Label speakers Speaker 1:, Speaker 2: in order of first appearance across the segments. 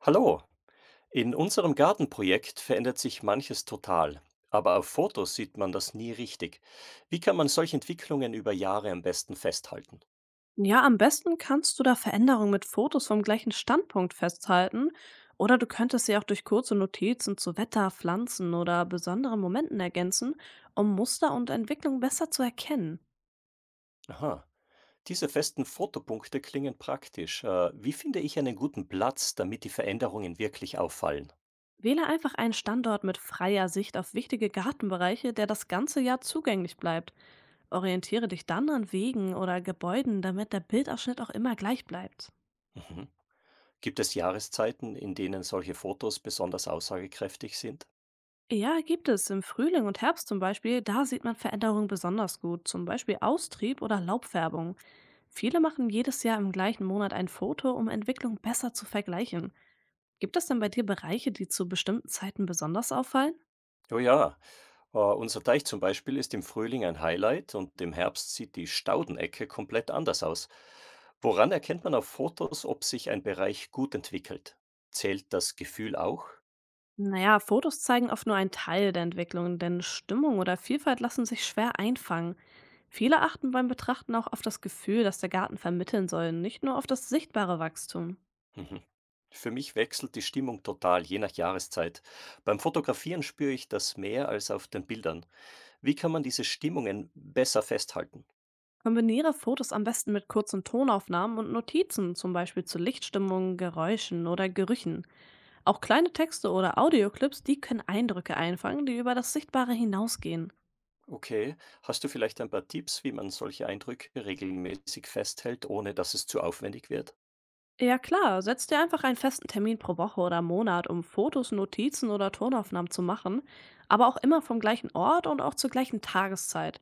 Speaker 1: Hallo, in unserem Gartenprojekt verändert sich manches total, aber auf Fotos sieht man das nie richtig. Wie kann man solche Entwicklungen über Jahre am besten festhalten?
Speaker 2: Ja, am besten kannst du da Veränderungen mit Fotos vom gleichen Standpunkt festhalten oder du könntest sie auch durch kurze Notizen zu Wetter, Pflanzen oder besonderen Momenten ergänzen, um Muster und Entwicklung besser zu erkennen.
Speaker 1: Aha, diese festen Fotopunkte klingen praktisch. Wie finde ich einen guten Platz, damit die Veränderungen wirklich auffallen?
Speaker 2: Wähle einfach einen Standort mit freier Sicht auf wichtige Gartenbereiche, der das ganze Jahr zugänglich bleibt. Orientiere dich dann an Wegen oder Gebäuden, damit der Bildausschnitt auch immer gleich bleibt.
Speaker 1: Mhm. Gibt es Jahreszeiten, in denen solche Fotos besonders aussagekräftig sind?
Speaker 2: Ja, gibt es im Frühling und Herbst zum Beispiel, da sieht man Veränderungen besonders gut, zum Beispiel Austrieb oder Laubfärbung. Viele machen jedes Jahr im gleichen Monat ein Foto, um Entwicklung besser zu vergleichen. Gibt es denn bei dir Bereiche, die zu bestimmten Zeiten besonders auffallen?
Speaker 1: Oh ja, unser Teich zum Beispiel ist im Frühling ein Highlight und im Herbst sieht die Staudenecke komplett anders aus. Woran erkennt man auf Fotos, ob sich ein Bereich gut entwickelt? Zählt das Gefühl auch?
Speaker 2: Naja, Fotos zeigen oft nur einen Teil der Entwicklung, denn Stimmung oder Vielfalt lassen sich schwer einfangen. Viele achten beim Betrachten auch auf das Gefühl, das der Garten vermitteln soll, nicht nur auf das sichtbare Wachstum.
Speaker 1: Mhm. Für mich wechselt die Stimmung total, je nach Jahreszeit. Beim Fotografieren spüre ich das mehr als auf den Bildern. Wie kann man diese Stimmungen besser festhalten?
Speaker 2: Kombiniere Fotos am besten mit kurzen Tonaufnahmen und Notizen, zum Beispiel zu Lichtstimmungen, Geräuschen oder Gerüchen. Auch kleine Texte oder Audioclips, die können Eindrücke einfangen, die über das Sichtbare hinausgehen.
Speaker 1: Okay, hast du vielleicht ein paar Tipps, wie man solche Eindrücke regelmäßig festhält, ohne dass es zu aufwendig wird?
Speaker 2: Ja klar, setz dir einfach einen festen Termin pro Woche oder Monat, um Fotos, Notizen oder Tonaufnahmen zu machen, aber auch immer vom gleichen Ort und auch zur gleichen Tageszeit.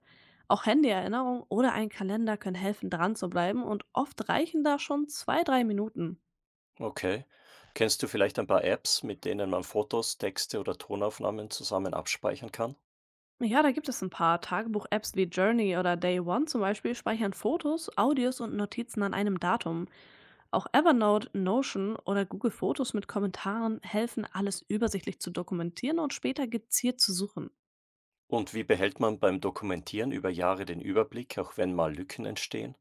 Speaker 2: Auch Handyerinnerungen oder ein Kalender können helfen, dran zu bleiben und oft reichen da schon zwei, drei Minuten.
Speaker 1: Okay. Kennst du vielleicht ein paar Apps, mit denen man Fotos, Texte oder Tonaufnahmen zusammen abspeichern kann?
Speaker 2: Ja, da gibt es ein paar Tagebuch-Apps wie Journey oder Day One zum Beispiel speichern Fotos, Audios und Notizen an einem Datum. Auch Evernote, Notion oder Google Fotos mit Kommentaren helfen, alles übersichtlich zu dokumentieren und später gezielt zu suchen.
Speaker 1: Und wie behält man beim Dokumentieren über Jahre den Überblick, auch wenn mal Lücken entstehen?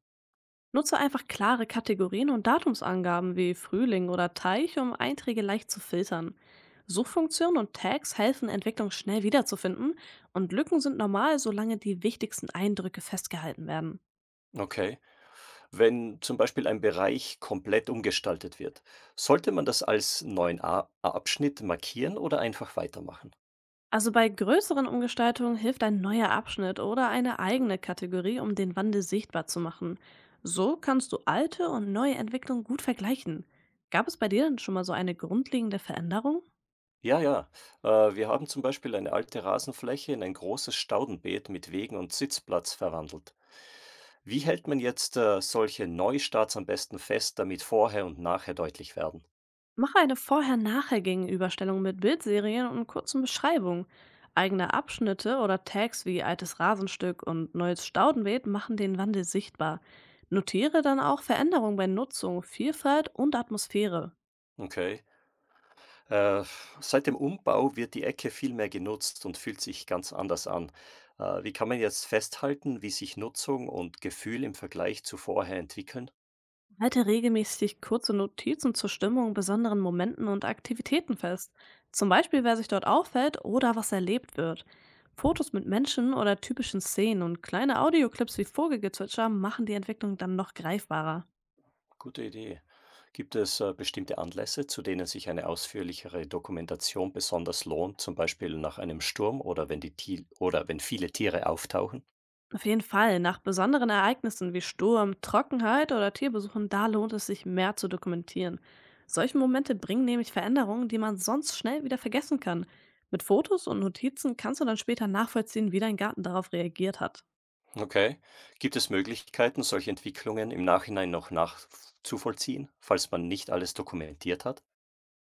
Speaker 2: Nutze einfach klare Kategorien und Datumsangaben wie Frühling oder Teich, um Einträge leicht zu filtern. Suchfunktionen und Tags helfen, Entwicklung schnell wiederzufinden und Lücken sind normal, solange die wichtigsten Eindrücke festgehalten werden.
Speaker 1: Okay. Wenn zum Beispiel ein Bereich komplett umgestaltet wird, sollte man das als neuen A Abschnitt markieren oder einfach weitermachen?
Speaker 2: Also bei größeren Umgestaltungen hilft ein neuer Abschnitt oder eine eigene Kategorie, um den Wandel sichtbar zu machen. So kannst du alte und neue Entwicklungen gut vergleichen. Gab es bei dir denn schon mal so eine grundlegende Veränderung?
Speaker 1: Ja, ja. Wir haben zum Beispiel eine alte Rasenfläche in ein großes Staudenbeet mit Wegen und Sitzplatz verwandelt. Wie hält man jetzt, solche Neustarts am besten fest, damit Vorher und Nachher deutlich werden?
Speaker 2: Mache eine Vorher-Nachher-Gegenüberstellung mit Bildserien und kurzen Beschreibungen. Eigene Abschnitte oder Tags wie altes Rasenstück und neues Staudenbeet machen den Wandel sichtbar. Notiere dann auch Veränderungen bei Nutzung, Vielfalt und Atmosphäre.
Speaker 1: Okay. Äh, seit dem Umbau wird die Ecke viel mehr genutzt und fühlt sich ganz anders an. Wie kann man jetzt festhalten, wie sich Nutzung und Gefühl im Vergleich zu vorher entwickeln?
Speaker 2: Halte regelmäßig kurze Notizen zur Stimmung, besonderen Momenten und Aktivitäten fest. Zum Beispiel, wer sich dort auffällt oder was erlebt wird. Fotos mit Menschen oder typischen Szenen und kleine Audioclips wie Vogelgezwitscher machen die Entwicklung dann noch greifbarer.
Speaker 1: Gute Idee. Gibt es, bestimmte Anlässe, zu denen sich eine ausführlichere Dokumentation besonders lohnt, zum Beispiel nach einem Sturm oder wenn die Ti oder wenn viele Tiere auftauchen?
Speaker 2: Auf jeden Fall, nach besonderen Ereignissen wie Sturm, Trockenheit oder Tierbesuchen, da lohnt es sich mehr zu dokumentieren. Solche Momente bringen nämlich Veränderungen, die man sonst schnell wieder vergessen kann. Mit Fotos und Notizen kannst du dann später nachvollziehen, wie dein Garten darauf reagiert hat.
Speaker 1: Okay. Gibt es Möglichkeiten, solche Entwicklungen im Nachhinein noch nachzuvollziehen, falls man nicht alles dokumentiert hat?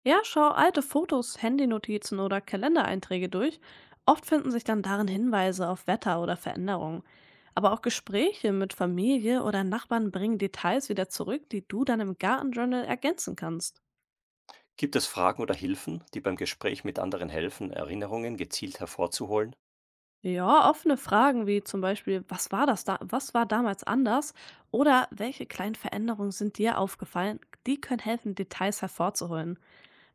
Speaker 2: Ja, schau alte Fotos, Handynotizen oder Kalendereinträge durch. Oft finden sich dann darin Hinweise auf Wetter oder Veränderungen. Aber auch Gespräche mit Familie oder Nachbarn bringen Details wieder zurück, die du dann im Gartenjournal ergänzen kannst.
Speaker 1: Gibt es Fragen oder Hilfen, die beim Gespräch mit anderen helfen, Erinnerungen gezielt hervorzuholen?
Speaker 2: Ja, offene Fragen wie zum Beispiel, was war das da, was war damals anders oder welche kleinen Veränderungen sind dir aufgefallen, die können helfen, Details hervorzuholen.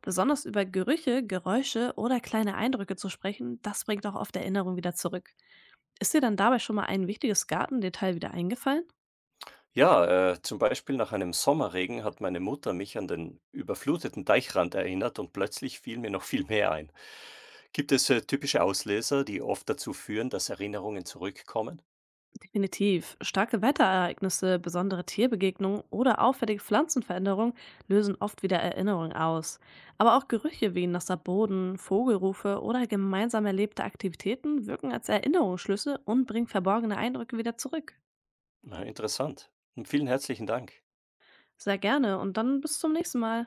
Speaker 2: Besonders über Gerüche, Geräusche oder kleine Eindrücke zu sprechen, das bringt auch oft Erinnerung wieder zurück. Ist dir dann dabei schon mal ein wichtiges Gartendetail wieder eingefallen?
Speaker 1: Ja, zum Beispiel nach einem Sommerregen hat meine Mutter mich an den überfluteten Deichrand erinnert und plötzlich fiel mir noch viel mehr ein. Gibt es typische Auslöser, die oft dazu führen, dass Erinnerungen zurückkommen?
Speaker 2: Definitiv. Starke Wetterereignisse, besondere Tierbegegnungen oder auffällige Pflanzenveränderungen lösen oft wieder Erinnerungen aus. Aber auch Gerüche wie nasser Boden, Vogelrufe oder gemeinsam erlebte Aktivitäten wirken als Erinnerungsschlüsse und bringen verborgene Eindrücke wieder zurück.
Speaker 1: Na, interessant. Und vielen herzlichen Dank.
Speaker 2: Sehr gerne und dann bis zum nächsten Mal.